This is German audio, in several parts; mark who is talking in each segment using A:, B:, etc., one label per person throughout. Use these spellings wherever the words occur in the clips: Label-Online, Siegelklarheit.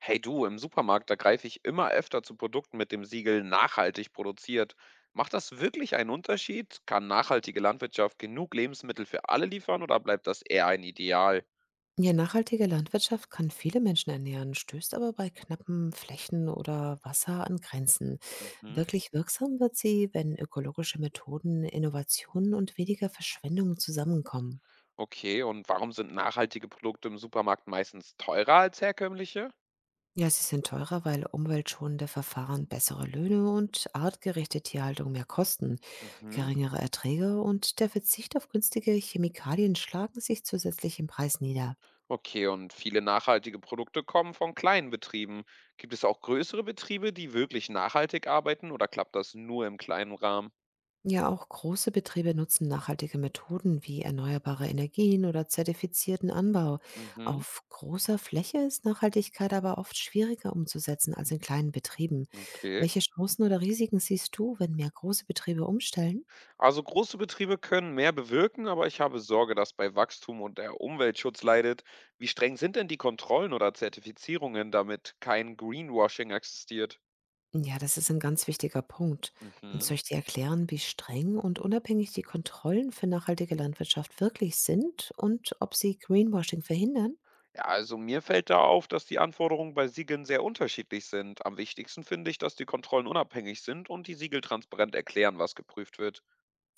A: Hey du, im Supermarkt, da greife ich immer öfter zu Produkten mit dem Siegel nachhaltig produziert. Macht das wirklich einen Unterschied? Kann nachhaltige Landwirtschaft genug Lebensmittel für alle liefern oder bleibt das eher ein Ideal?
B: Ja, nachhaltige Landwirtschaft kann viele Menschen ernähren, stößt aber bei knappen Flächen oder Wasser an Grenzen.
A: Mhm.
B: Wirklich wirksam wird sie, wenn ökologische Methoden, Innovationen und weniger Verschwendung zusammenkommen.
A: Okay, und warum sind nachhaltige Produkte im Supermarkt meistens teurer als herkömmliche?
B: Ja, sie sind teurer, weil umweltschonende Verfahren bessere Löhne und artgerechte Tierhaltung mehr kosten.
A: Mhm.
B: Geringere Erträge und der Verzicht auf günstige Chemikalien schlagen sich zusätzlich im Preis nieder.
A: Okay, und viele nachhaltige Produkte kommen von kleinen Betrieben. Gibt es auch größere Betriebe, die wirklich nachhaltig arbeiten oder klappt das nur im kleinen Rahmen?
B: Ja, auch große Betriebe nutzen nachhaltige Methoden wie erneuerbare Energien oder zertifizierten Anbau.
A: Mhm.
B: Auf großer Fläche ist Nachhaltigkeit aber oft schwieriger umzusetzen als in kleinen Betrieben.
A: Okay.
B: Welche Chancen oder Risiken siehst du, wenn mehr große Betriebe umstellen?
A: Also große Betriebe können mehr bewirken, aber ich habe Sorge, dass bei Wachstum und der Umweltschutz leidet. Wie streng sind denn die Kontrollen oder Zertifizierungen, damit kein Greenwashing existiert?
B: Ja, das ist ein ganz wichtiger Punkt. Und
A: Mhm.
B: soll ich dir erklären, wie streng und unabhängig die Kontrollen für nachhaltige Landwirtschaft wirklich sind und ob sie Greenwashing verhindern?
A: Ja, also mir fällt da auf, dass die Anforderungen bei Siegeln sehr unterschiedlich sind. Am wichtigsten finde ich, dass die Kontrollen unabhängig sind und die Siegel transparent erklären, was geprüft wird.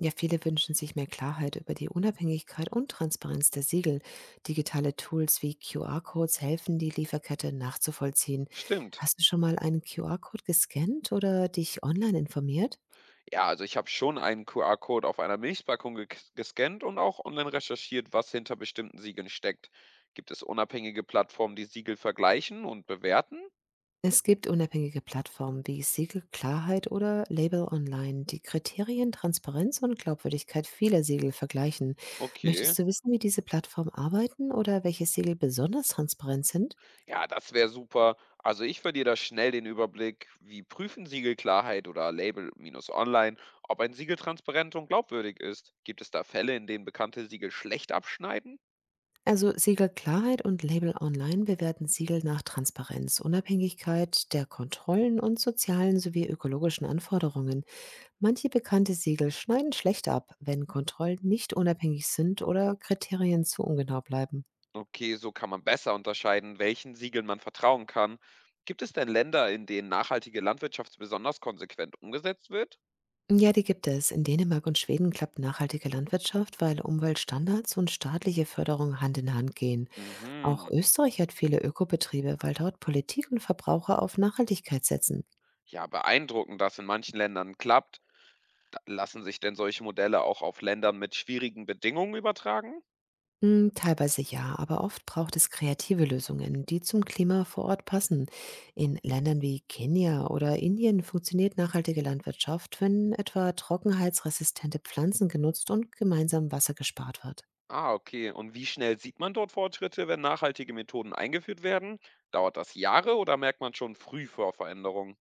B: Ja, viele wünschen sich mehr Klarheit über die Unabhängigkeit und Transparenz der Siegel. Digitale Tools wie QR-Codes helfen, die Lieferkette nachzuvollziehen.
A: Stimmt.
B: Hast du schon mal einen QR-Code gescannt oder dich online informiert?
A: Ja, also ich habe schon einen QR-Code auf einer Milchpackung gescannt und auch online recherchiert, was hinter bestimmten Siegeln steckt. Gibt es unabhängige Plattformen, die Siegel vergleichen und bewerten?
B: Es gibt unabhängige Plattformen wie Siegel Klarheit oder Label Online, die Kriterien Transparenz und Glaubwürdigkeit vieler Siegel vergleichen.
A: Okay.
B: Möchtest du wissen, wie diese Plattformen arbeiten oder welche Siegel besonders transparent sind?
A: Ja, das wäre super. Also ich verliere da schnell den Überblick, wie prüfen Siegelklarheit oder Label-Online, ob ein Siegel transparent und glaubwürdig ist. Gibt es da Fälle, in denen bekannte Siegel schlecht abschneiden?
B: Also Siegel Klarheit und Label Online bewerten Siegel nach Transparenz, Unabhängigkeit der Kontrollen und sozialen sowie ökologischen Anforderungen. Manche bekannte Siegel schneiden schlecht ab, wenn Kontrollen nicht unabhängig sind oder Kriterien zu ungenau bleiben.
A: Okay, so kann man besser unterscheiden, welchen Siegeln man vertrauen kann. Gibt es denn Länder, in denen nachhaltige Landwirtschaft besonders konsequent umgesetzt wird?
B: Ja, die gibt es. In Dänemark und Schweden klappt nachhaltige Landwirtschaft, weil Umweltstandards und staatliche Förderung Hand in Hand gehen. Auch
A: Mhm.
B: Österreich hat viele Ökobetriebe, weil dort Politik und Verbraucher auf Nachhaltigkeit setzen.
A: Ja, beeindruckend, dass in manchen Ländern klappt. Lassen sich denn solche Modelle auch auf Ländern mit schwierigen Bedingungen übertragen?
B: Hm, teilweise ja, aber oft braucht es kreative Lösungen, die zum Klima vor Ort passen. In Ländern wie Kenia oder Indien funktioniert nachhaltige Landwirtschaft, wenn etwa trockenheitsresistente Pflanzen genutzt und gemeinsam Wasser gespart wird.
A: Ah, okay. Und wie schnell sieht man dort Fortschritte, wenn nachhaltige Methoden eingeführt werden? Dauert das Jahre oder merkt man schon früh vor Veränderungen?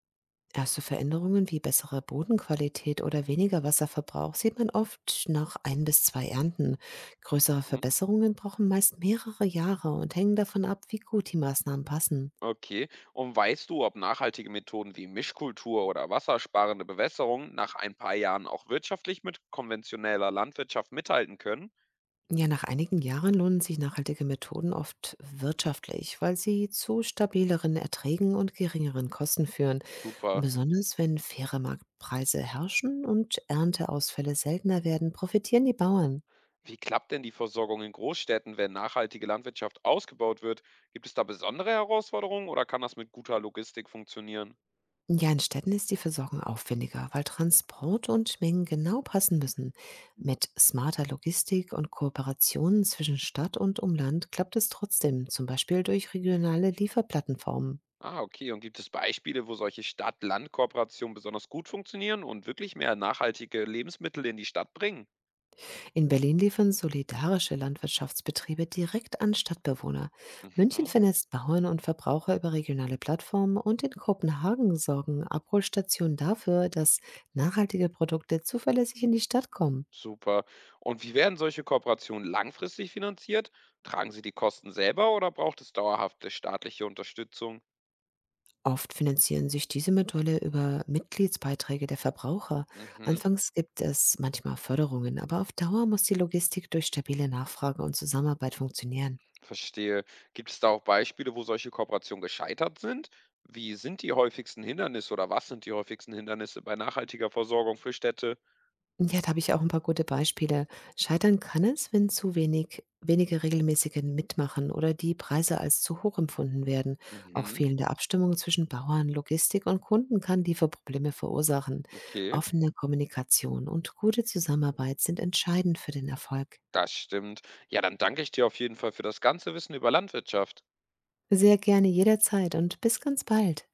B: Erste Veränderungen wie bessere Bodenqualität oder weniger Wasserverbrauch sieht man oft nach ein bis zwei Ernten. Größere
A: Mhm.
B: Verbesserungen brauchen meist mehrere Jahre und hängen davon ab, wie gut die Maßnahmen passen.
A: Okay. Und weißt du, ob nachhaltige Methoden wie Mischkultur oder wassersparende Bewässerung nach ein paar Jahren auch wirtschaftlich mit konventioneller Landwirtschaft mithalten können?
B: Ja, nach einigen Jahren lohnen sich nachhaltige Methoden oft wirtschaftlich, weil sie zu stabileren Erträgen und geringeren Kosten führen,
A: Super.
B: besonders wenn faire Marktpreise herrschen und Ernteausfälle seltener werden, profitieren die Bauern.
A: Wie klappt denn die Versorgung in Großstädten, wenn nachhaltige Landwirtschaft ausgebaut wird? Gibt es da besondere Herausforderungen oder kann das mit guter Logistik funktionieren?
B: Ja, in Städten ist die Versorgung aufwendiger, weil Transport und Mengen genau passen müssen. Mit smarter Logistik und Kooperationen zwischen Stadt und Umland klappt es trotzdem, zum Beispiel durch regionale Lieferplattenformen.
A: Ah, okay. Und gibt es Beispiele, wo solche Stadt-Land-Kooperationen besonders gut funktionieren und wirklich mehr nachhaltige Lebensmittel in die Stadt bringen?
B: In Berlin liefern solidarische Landwirtschaftsbetriebe direkt an Stadtbewohner. München
A: Mhm.
B: vernetzt Bauern und Verbraucher über regionale Plattformen und in Kopenhagen sorgen Abholstationen dafür, dass nachhaltige Produkte zuverlässig in die Stadt kommen.
A: Super. Und wie werden solche Kooperationen langfristig finanziert? Tragen Sie die Kosten selber oder braucht es dauerhafte staatliche Unterstützung?
B: Oft finanzieren sich diese Modelle über Mitgliedsbeiträge der Verbraucher.
A: Mhm,
B: Anfangs gibt es manchmal Förderungen, aber auf Dauer muss die Logistik durch stabile Nachfrage und Zusammenarbeit funktionieren.
A: verstehe. Gibt es da auch Beispiele, wo solche Kooperationen gescheitert sind? Wie sind die häufigsten Hindernisse oder was sind die häufigsten Hindernisse bei nachhaltiger Versorgung für Städte?
B: Ja, da habe ich auch ein paar gute Beispiele. Scheitern kann es, wenn zu wenige regelmäßige mitmachen oder die Preise als zu hoch empfunden werden. Auch
A: Mhm,
B: fehlende Abstimmung zwischen Bauern, Logistik und Kunden kann Lieferprobleme verursachen.
A: okay,
B: Offene Kommunikation und gute Zusammenarbeit sind entscheidend für den Erfolg.
A: das stimmt. Ja, dann danke ich dir auf jeden Fall für das ganze Wissen über Landwirtschaft.
B: Sehr gerne jederzeit und bis ganz bald.